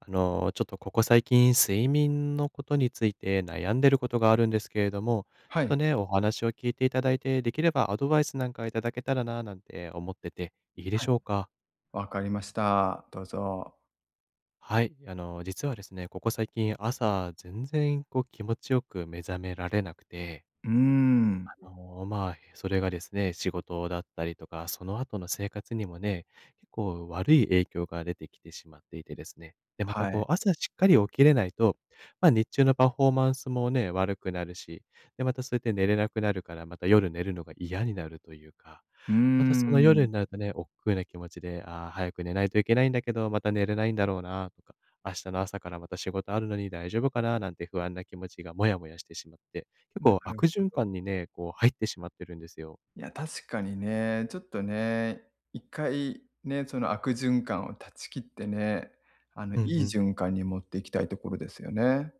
ちょっとここ最近、睡眠のことについて悩んでることがあるんですけれども、ちはょっとい。ね、お話を聞いていただいて、できればアドバイスなんかいただけたらな、なんて思ってて、いいではしい。ょうか？わかりました。どうぞ。はい、実はですね、ここ最近、朝、全然こう気持ちよく目覚められなくて、うーん。それがですね、仕事だったりとか、その後の生活にもね、結構悪い影響が出てきてしまっていてですね。で、またはい。こう、朝しっかり起きれないと、日中のパフォーマンスもね、悪くなるし、で、またそうやって寝れなくなるから、また夜寝るのが嫌になるというか、うーまたその夜ん。になるとね、億劫な気持ちで、ああ、早く寝ないといけないんだけど、また寝れないんだろうなとか、明日の朝からまた仕事あるのに大丈夫かななんて不安な気持ちがもやもやしてしまって、結な構る悪循ほ環ど。にね、こう入ってしまってるんですよ。いや、確かにね、ちょっとね、一回ね、その悪循環を断ち切ってね、いうんういん。循環に持っていきたいところですよね。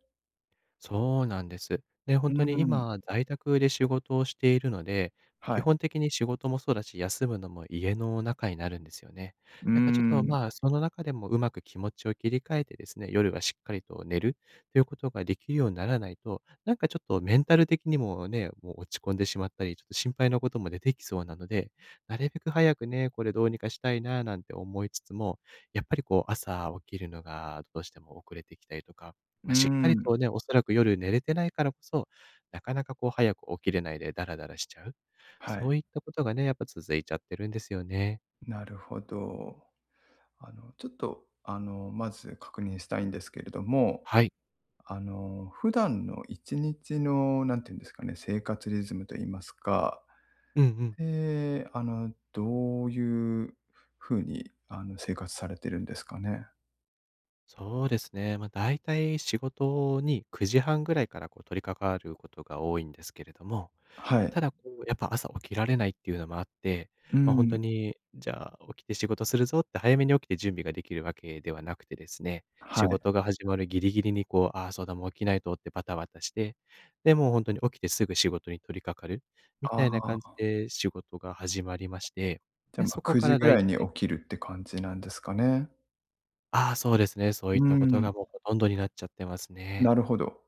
そうなんです。で、うー本当に今、ん。在宅で仕事をしているので、は基い。本的に仕事もそうだし、休むのも家の中になるんですよね。うーだからちょっと、ん。その中でもうまく気持ちを切り替えてですね、夜はしっかりと寝るということができるようにならないと、なんかちょっとメンタル的にもね、もう落ち込んでしまったり、ちょっと心配なことも出てきそうなので、なるべく早くね、これどうにかしたいななんて思いつつも、やっぱりこう朝起きるのがどうしても遅れてきたりとか、うーしっかりん。とね、おそらく夜寝れてないからこそ、なかなかこう早く起きれないでダラダラしちゃう。はそい。ういったことがね、やっぱ続いちゃってるんですよね。なるほど。ちょっと、まず確認したいんですけれども、はい。普段の1日の、なんていうんですかね、生活リズムと言いますか、うんうん。で、どういう風に、生活されてるんですかね？そうですね。大体仕事に9時半ぐらいからこう取り掛かることが多いんですけれども、はたい。だ、こう、やっぱ朝起きられないっていうのもあって、うほんとん。に、じゃあ、起きて仕事するぞって早めに起きて準備ができるわけではなくてですね、は仕い。事が始まるギリギリに、こう、ああ、そうだ、もう起きないとってバタバタして、で、もうほんとに起きてすぐ仕事に取り掛かるみたいなあ感じあ、で仕事が始まりまして、じゃで、あ、ま、そこ9か時らぐだいらいたに起い、きるって感じなんですかね。ああ、そうですね、そういっうたことん、がもうほとんどになっちゃってますね。なるほど。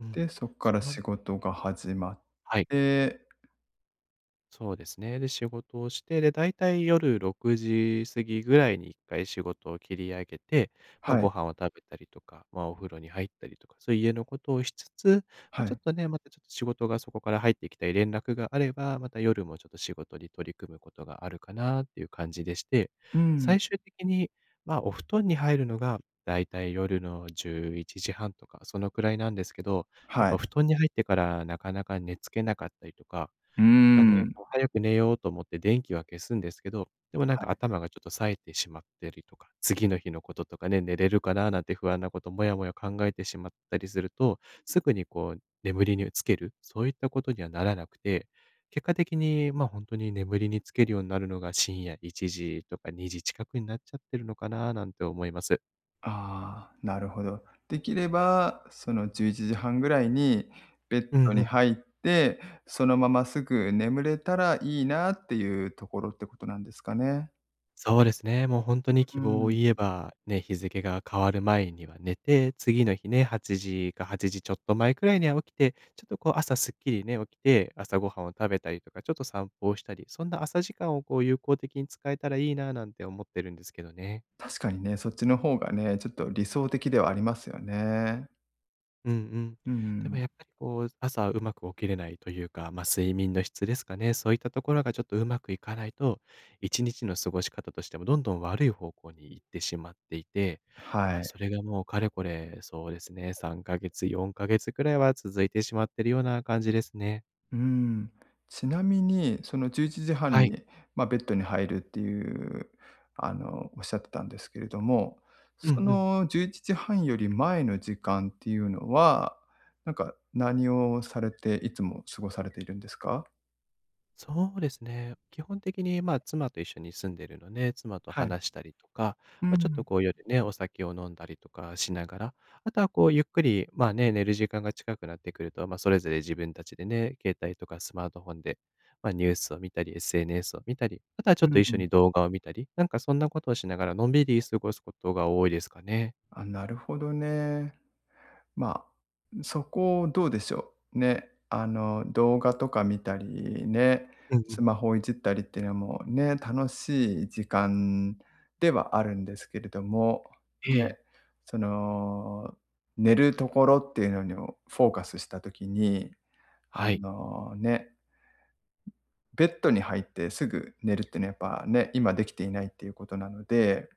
うん。で、そっかそらの、仕事が始まっはい。て、そうですね。で、仕事をして、で、だいたい夜6時過ぎぐらいに一回仕事を切り上げて、はごい、飯を食べたりとか、お風呂に入ったりとか、そういう家のことをしつつ、はちょっい。とね、またちょっと仕事がそこから入ってきたり連絡があれば、また夜もちょっと仕事に取り組むことがあるかなっていう感じでして、うん、最終的に、お布団に入るのがだいたい夜の11時半とか、そのくらいなんですけど、やっはい。ぱ布団に入ってからなかなか寝付けなかったりとかうーがね、ん、はい。こう早く寝ようと思って電気は消すんですけど、でもなんか頭がちょっと冴えてしまってりとか、次の日のこととかね、寝れるかななんて不安なこと、もやもや考えてしまったりすると、すぐにこう眠りにつける、そういったことにはならなくて、結果的に、本当に眠りにつけるようになるのが深夜1時とか2時近くになっちゃってるのかななんて思います。ああ、なるほど。できれば、その11時半ぐらいにベッうんドうにん。入って、そのまますぐ眠れたらいいなっていうところってことなんですかね。そうですね。もう本当にう希望をん。言えば、ね、日付が変わる前には寝て、次の日ね、8時か8時ちょっと前くらいには起きて、ちょっとこう朝すっきりね、起きて、朝ごはんを食べたりとか、ちょっと散歩をしたり、そんな朝時間をこう有効的に使えたらいいななんて思ってるんですけどね。確かにね、そっちの方がね、ちょっと理想的ではありますよね。うんうん。うでもん。やっぱりこう、朝うまく起きれないというか、睡眠の質ですかね、そういったところがちょっとうまくいかないと、1日の過ごし方としてもどんどん悪い方向に行ってしまっていて、はい。それがもうかれこれ、そうですね、3ヶ月、4ヶ月くらいは続いてしまってるような感じですね。うん。ちなみに、そのじゅういちじはんはい。に、まあ、ベッドに入るっていう、おっしゃってたんですけれども、うんそうん。の11時半より前の時間っていうのは、なんか何をされて、いつも過ごされているんですか？そうですね。基本的に、妻と一緒に住んでるので、妻とはい。話したりとか、うちょっとん、こう夜ね、お酒を飲んだりとかしながら、あとはこうゆっくり、寝る時間が近くなってくると、それぞれ自分たちでね、携帯とかスマートフォンで、ニュースを見たり、SNS を見たり、あとはちうょっと一緒ん。に動画を見たり、なんかそんなことをしながら、のんびり過ごすことが多いですかね。あ、なるほどね。まあ、そこどうでしょう。ね、動画とか見たりね、うんうスん。マホをいじったりっていうのもね、楽しい時間ではあるんですけれども、えね、え。その、寝るところっていうのにフォーカスした時に、はい。ね、ベッドに入ってすぐ寝るっていうのはやっぱね、今できていないっていうことなので、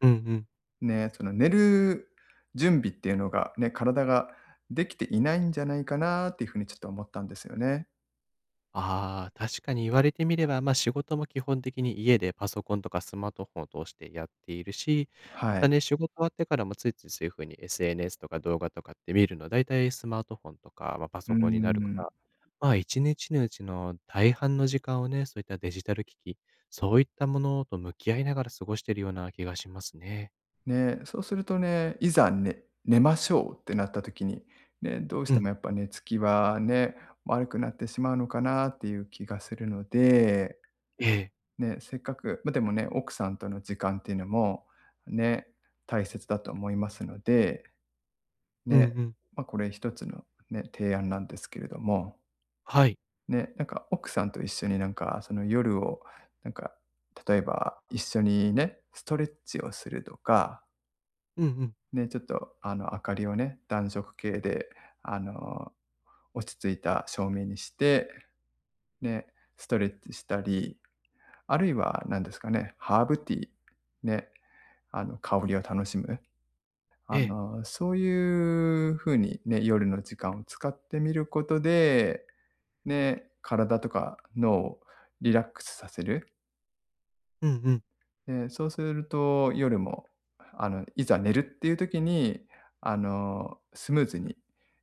うんうん。ね、その寝る準備っていうのがね、体ができていないんじゃないかなっていうふうにちょっと思ったんですよね。ああ、確かに言われてみれば、仕事も基本的に家でパソコンとかスマートフォンを通してやっているし、まはたい。ね、仕事終わってからもついついそういう風に SNS とか動画とかって見るの、だいたいスマートフォンとか、パうソーコンになるかん。ら、1日のうちの大半の時間をね、そういったデジタル機器、そういったものと向き合いながら過ごしているような気がしますね。ね、そうするとね、いざね寝ましょうってなった時に、ね、どうしうてん、もやっぱ寝つきはね、悪くなってしまうのかなっていう気がするので、ええ。ね、せっかく、まあ、でもね、奥さんとの時間っていうのも、ね、大切だと思いますので、うんうね、ん。まあ、これ一つのね、提案なんですけれども。はい。ね、なんか奥さんと一緒になんかその夜を、なんか例えば一緒にね、ストレッチをするとか、うんうん。ね、ちょっとあの明かりをね、暖色系であの落ち着いた照明にして、ね、ストレッチしたり、あるいは何ですかね、ハーブティー、ね、あの香りを楽しむ。ええ。そういう風にね、夜の時間を使ってみることで、ね、体とか脳をリラックスさせる。うんうん。で、そうすると夜も、いざ寝るっていう時に、スムーズに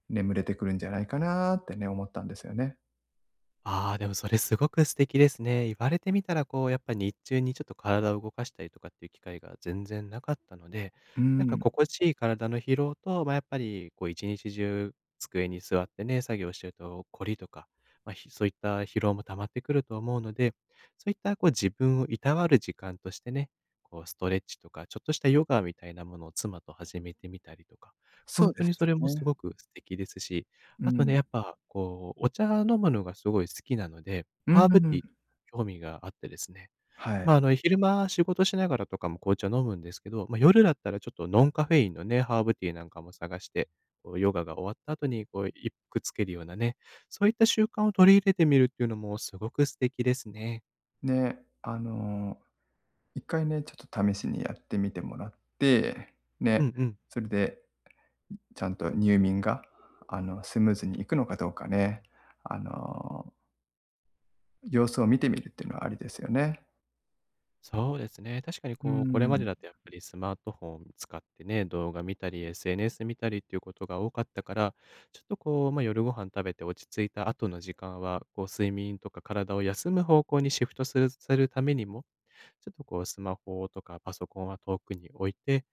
眠れてくるんじゃないかなってね、思ったんですよね。ああ、でもそれすごく素敵ですね。言われてみたら、こう、やっぱ日中にちょっと体を動かしたりとかっていう機会が全然なかったので、うなんかん、心地いい体の疲労と、やっぱり、こう、一日中机に座ってね、作業してると凝りとか、そういった疲労も溜まってくると思うので、そういったこう自分をいたわる時間としてね、こうストレッチとか、ちょっとしたヨガみたいなものを妻と始めてみたりとか、そ本うで当すにそれもすね。ごく素敵ですし、うあとね、ん。やっぱ、こう、お茶飲むのがすごい好きなので、うハーブティん。ー興味があってですね。はい。昼間仕事しながらとかも紅茶飲むんですけど、夜だったらちょっとノンカフェインのね、ハーブティーなんかも探して、こう、ヨガが終わった後に、こう、一服つけるようなね、そういった習慣を取り入れてみるっていうのもすごく素敵ですね。ね、一回ね、ちょっと試しにやってみてもらって、うね、んうん。それでちゃんと入眠が、スムーズにいくのかどうかね、あの、様子を見てみるっていうのはありですよね。そうですね。確かにうこう、これまでん。だとやっぱりスマートフォン使ってね、動画見たり、SNS 見たりっていうことが多かったから、ちょっとこう、夜ご飯食べて落ち着いた後の時間は、こう、睡眠とか体を休む方向にシフトするためにも、ちょっとこう、スマホとかパソコンは遠くに置いて、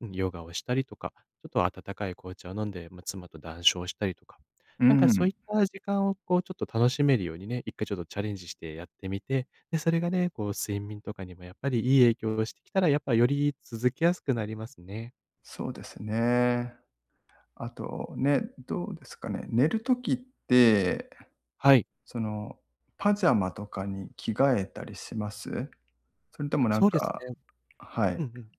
うん、ヨガをしたりとか、ちょっと温かい紅茶を飲んで、妻と談笑したりとか、うなんかそうん。いった時間をこうちょっと楽しめるようにね、一回ちょっとチャレンジしてやってみて、で、それがね、こう睡眠とかにもやっぱりいい影響をしてきたら、やっぱより続けやすくなりますね。そうですね。あとね、どうですかね、寝るときって、はい、その、パジャマとかに着替えたりします？それともなんそうですか、ね。はい、うんうん。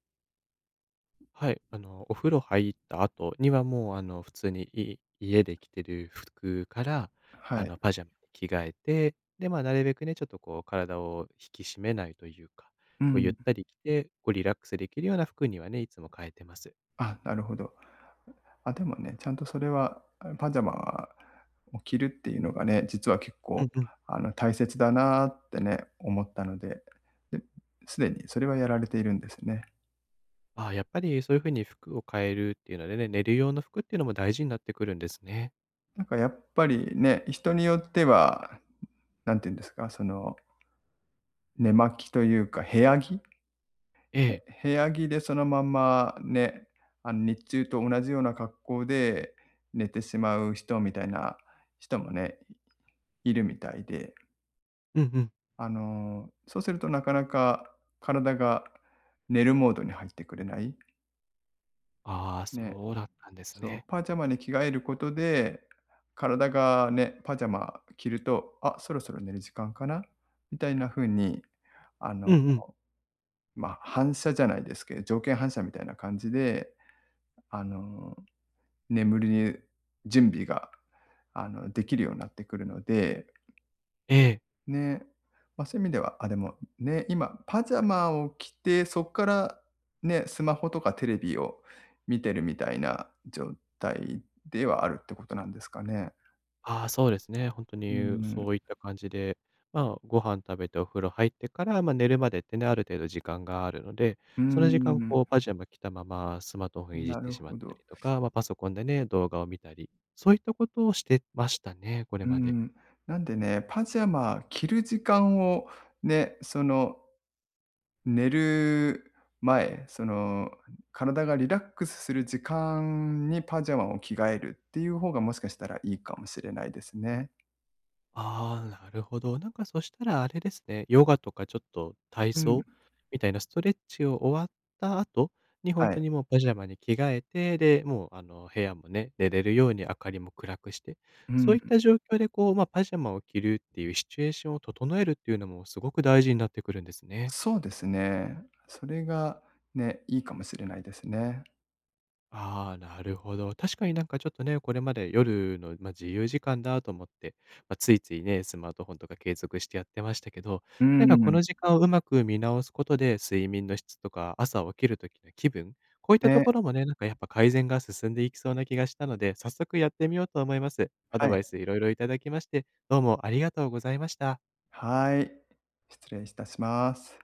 はい、お風呂入った後にはもう、普通に家で着てる服から、はい。パジャマに着替えて、で、なるべくね、ちょっとこう体を引き締めないというか、うこうゆっん。たり着て、こうリラックスできるような服にはね、いつも変えてます。あ、なるほど。あ、でもね、ちゃんとそれは、あ、パジャマを着るっていうのがね、実は結う構、んうん。大切だなってね、思ったので、で、すでにそれはやられているんですね。ああ、やっぱりそういう風に服を変えるっていうのでね、寝る用の服っていうのも大事になってくるんですね。なんかやっぱりね、人によっては、なんて言うんですか、その寝巻きというか、部屋着ええ。部屋着でそのまんまね、日中と同じような格好で寝てしまう人みたいな人もね、いるみたいで、うんうん。そうするとなかなか体が寝るモードに入ってくれない。ああ、ね、そうだったんですそう、ね。パジャマに着替えることで、体がね、パジャマ着ると、あ、そろそろ寝る時間かなみたいな風に、あうの、んうん。まあ、反射じゃないですけど、条件反射みたいな感じで、あの、眠りに準備が、できるようになってくるので、ええ。ね、まあ、そういう意味では、あ、でも、ね、今パジャマを着て、そこから、ね、スマホとかテレビを見てるみたいな状態ではあるってことなんですかね。ああ、そうですね。本当うにん、そういった感じで、ご飯食べてお風呂入ってから、寝るまでってね、ある程度時間があるので、うその時間、ん、こう、パジャマ着たままスマートフォンいじっなてるしまっほたど。りとか、パソコンでね、動画を見たり、そういったことをしてましたね、これうまで。ん。なんでね、パジャマ着る時間をね、その寝る前、その、体がリラックスする時間にパジャマを着替えるっていう方が、もしかしたらいいかもしれないですね。ああ、なるほど。なんかそしたらあれですね、ヨガとかちょっと体うん。操みたいなストレッチを終わった後に本は当い。にもうパジャマに着替えて、で、もうあの部屋もね、寝れるように明かりも暗くして、うそういっん、た状況でこう、パジャマを着るっていうシチュエーションを整えるっていうのもすごく大事になってくるんですね。そうですね。それがね、いいかもしれないですね。ああ、なるほど。確かになんかちょっとね、これまで夜の、自由時間だと思って、ついついね、スマートフォンとか継続してやってましたけど、うなんかこん。の時間をうまく見直すことで、睡眠の質とか朝起きる時の気分、こういったとね、ころもね、なんかやっぱ改善が進んでいきそうな気がしたので、早速やってみようと思います。アはドい。バイスいろいろいただきまして、どうもありがとうございました。はい。失礼いたします。